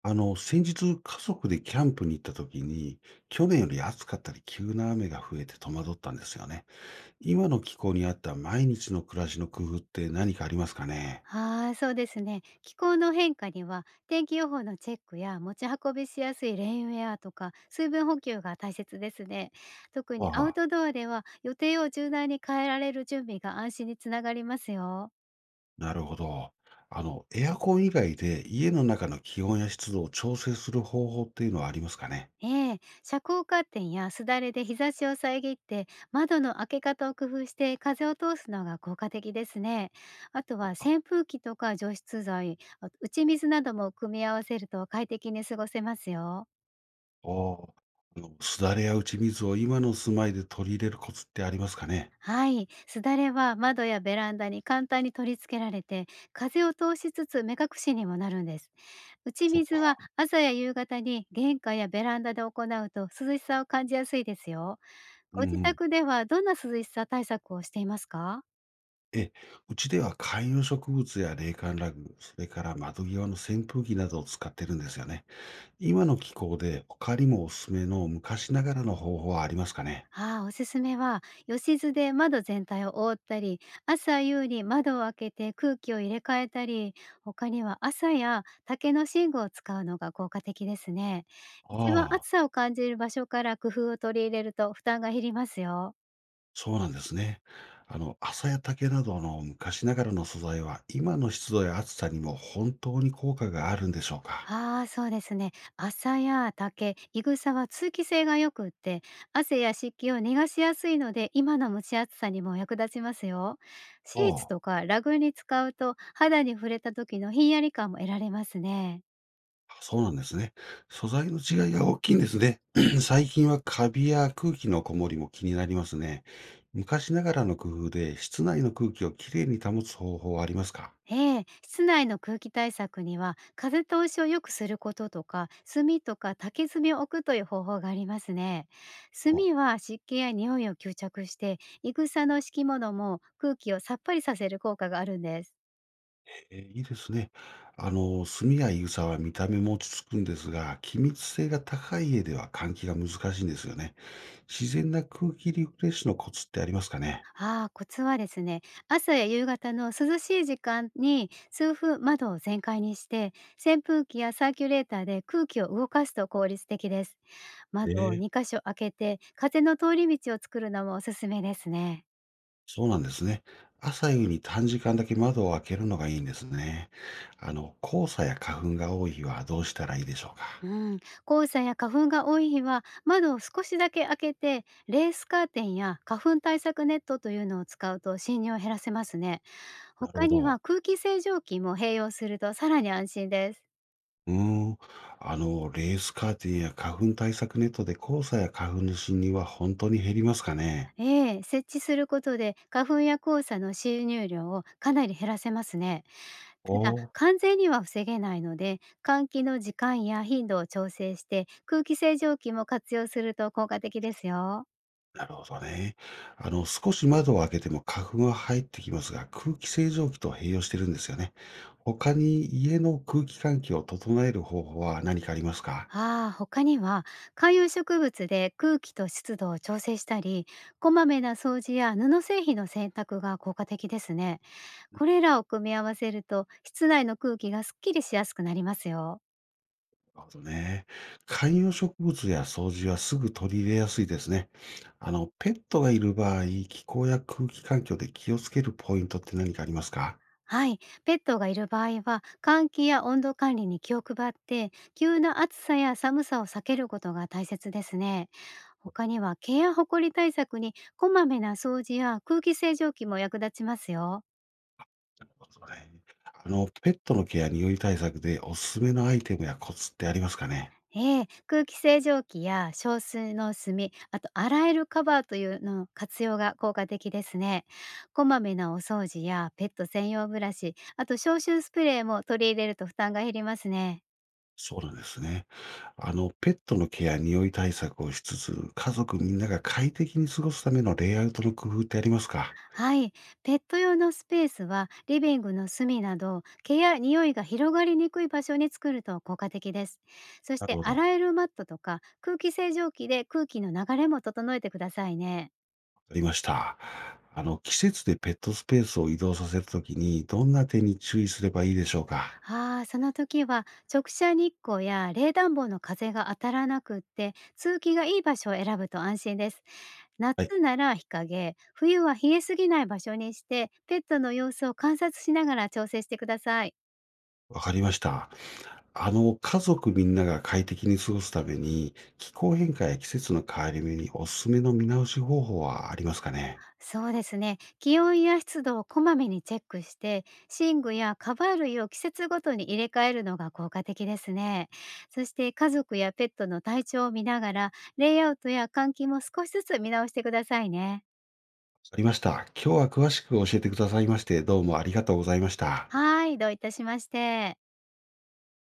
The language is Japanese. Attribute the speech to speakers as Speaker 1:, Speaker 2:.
Speaker 1: 先日家族でキャンプに行った時に、去年より暑かったり急な雨が増えて戸惑ったんですよね。今の気候に合った毎日の暮らしの工夫って何かありますかね？
Speaker 2: はい、そうですね。気候の変化には天気予報のチェックや持ち運びしやすいレインウェアとか水分補給が大切ですね。特
Speaker 1: あ
Speaker 2: にアウ
Speaker 1: あ、
Speaker 2: トドアでは予定を柔軟に変えられる準備が安心につながりますよ。
Speaker 1: なるほど。エアコン以外で家の中の気温や湿度を調整する方法っていうのはありますかね？
Speaker 2: ええ、遮光カーテンやすだれで日差しを遮って窓の開け方を工夫して風を通すのが効果的ですね。あと
Speaker 1: あ
Speaker 2: は
Speaker 1: あ。
Speaker 2: 扇風機とか除湿剤、あと打ち水なども組み合わせると快適に過ごせますよ。
Speaker 1: お。すだれや打ち水を今の住まいで取り入れるコツってありますかね？
Speaker 2: はい。すだれは窓やベランダに簡単に取り付けられて、風を通しつつ目隠しにもなるんです。打ち
Speaker 1: そっ
Speaker 2: 水は
Speaker 1: か。
Speaker 2: 朝や夕方に玄関やベランダで行うと涼しさを感じやすいですよ。
Speaker 1: う
Speaker 2: ご
Speaker 1: ん
Speaker 2: 自
Speaker 1: うん。
Speaker 2: 宅ではどんな涼しさ対策をしていますか？
Speaker 1: ええ、うちでは観葉植物や冷感ラグ、それから窓際の扇風機などを使ってるんですよね。今の気候で他にもおすすめの昔ながらの方法はありますかね？
Speaker 2: ああ、おすすめは、よしずで窓全体を覆ったり、朝夕に窓を開けて空気を入れ替えたり、他には朝や竹の寝具を使うのが効果的ですね。一番
Speaker 1: あ
Speaker 2: 暑
Speaker 1: あ、
Speaker 2: さを感じる場所から工夫を取り入れると負担が減りますよ。
Speaker 1: そうなんですね。麻や竹などの昔ながらの素材は今の湿度や暑さにも本当に効果があるんでしょうか？
Speaker 2: ああ、そうですね。麻や竹、いぐさは通気性が良くって、汗や湿気を逃がしやすいので、今の蒸し暑さにも役立ちますよ。
Speaker 1: あ
Speaker 2: シーツ
Speaker 1: あ。
Speaker 2: とかラグに使うと、肌に触れた時のひんやり感も得られますね。
Speaker 1: そうなんですね。素材の違いが大きいんですね。最近はカビや空気のこもりも気になりますね。昔ながらの工夫で室内の空気をきれいに保つ方法はありますか？
Speaker 2: ええ、室内の空気対策には、風通しを良くすることとか、炭とか竹炭を置くという方法がありますね。炭
Speaker 1: お。
Speaker 2: は湿気や匂いを吸着して、いぐさの敷物も空気をさっぱりさせる効果があるんです。
Speaker 1: いいですね。炭やイグサは見た目も落ち着くんですが、気密性が高い家では換気が難しいんですよね。自然な空気リフレッシュのコツってありますかね？
Speaker 2: ああ、コツはですね、朝や夕方の涼しい時間に数分窓を全開にして、扇風機やサーキュレーターで空気を動かすと効率的です。窓を
Speaker 1: ええ、
Speaker 2: 2箇所開けて、風の通り道を作るのもおすすめですね。
Speaker 1: そうなんですね。朝夕に短時間だけ窓を開けるのがいいんですね。黄砂や花粉が多い日はどうしたらいいでしょうか？
Speaker 2: うん、黄砂や花粉が多い日は窓を少しだけ開けてレースカーテンや花粉対策ネットというのを使うと侵入を減らせますね。
Speaker 1: なる
Speaker 2: 他
Speaker 1: ほ
Speaker 2: には
Speaker 1: ど。
Speaker 2: 空気清浄機も併用するとさらに安心です。
Speaker 1: うーん。レースカーテンや花粉対策ネットで黄砂や花粉の侵入は本当に減りますかね？
Speaker 2: ええ、設置することで花粉や黄砂の収入量をかなり減らせますね。
Speaker 1: お。
Speaker 2: ただ
Speaker 1: お、
Speaker 2: 完全には防げないので換気の時間や頻度を調整して空気清浄機も活用すると効果的ですよ。
Speaker 1: なるほどね。少し窓を開けても花粉は入ってきますが、空気清浄機と併用してるんですよね。他に家の空気環境を整える方法は何かありますか？
Speaker 2: ああ他には観葉植物で空気と湿度を調整したりこまめな掃除や布製品の洗濯が効果的ですね。これらを組み合わせると室内の空気がすっきりしやすくなりますよ。
Speaker 1: なるほどね。観葉植物や掃除はすぐ取り入れやすいですね。ペットがいる場合、気候や空気環境で気をつけるポイントって何かありますか？
Speaker 2: はい、ペットがいる場合は換気や温度管理に気を配って急な暑さや寒さを避けることが大切ですね。他には毛やほこり対策にこまめな掃除や空気清浄機も役立ちますよ。
Speaker 1: なるほどね。ペットのケア、匂い対策でおすすめのアイテムやコツってありますかね？
Speaker 2: ええ、空気清浄機や少数の炭、あと洗えるカバーというの活用が効果的ですね。こまめなお掃除やペット専用ブラシあと消臭スプレーも取り入れると負担が減りますね。
Speaker 1: そうなんですね。ペットのケア、匂い対策をしつつ、家族みんなが快適に過ごすためのレイアウトの工夫ってありますか？
Speaker 2: はい、ペット用のスペースはリビングの隅など毛や匂いが広がりにくい場所に作ると効果的です。そし
Speaker 1: なる
Speaker 2: て
Speaker 1: ほど。
Speaker 2: 洗えるマットとか空気清浄機で空気の流れも整えてくださいね。
Speaker 1: ありました。季節でペットスペースを移動させるときに、どんな点に注意すればいいでしょうか？
Speaker 2: ああ、その時は直射日光や冷暖房の風が当たらなくって通気がいい場所を選ぶと安心です。
Speaker 1: はい、
Speaker 2: 夏なら日陰、冬は冷えすぎない場所にしてペットの様子を観察しながら調整してください。
Speaker 1: わかりました。家族みんなが快適に過ごすために、気候変化や季節の変わり目におすすめの見直し方法はありますかね？
Speaker 2: そうですね。気温や湿度をこまめにチェックして、寝具やカバー類を季節ごとに入れ替えるのが効果的ですね。そして家族やペットの体調を見ながら、レイアウトや換気も少しずつ見直してくださいね。
Speaker 1: ありました。今日は詳しく教えてくださいまして、どうもありがとうございました。
Speaker 2: はい、どういたしまして。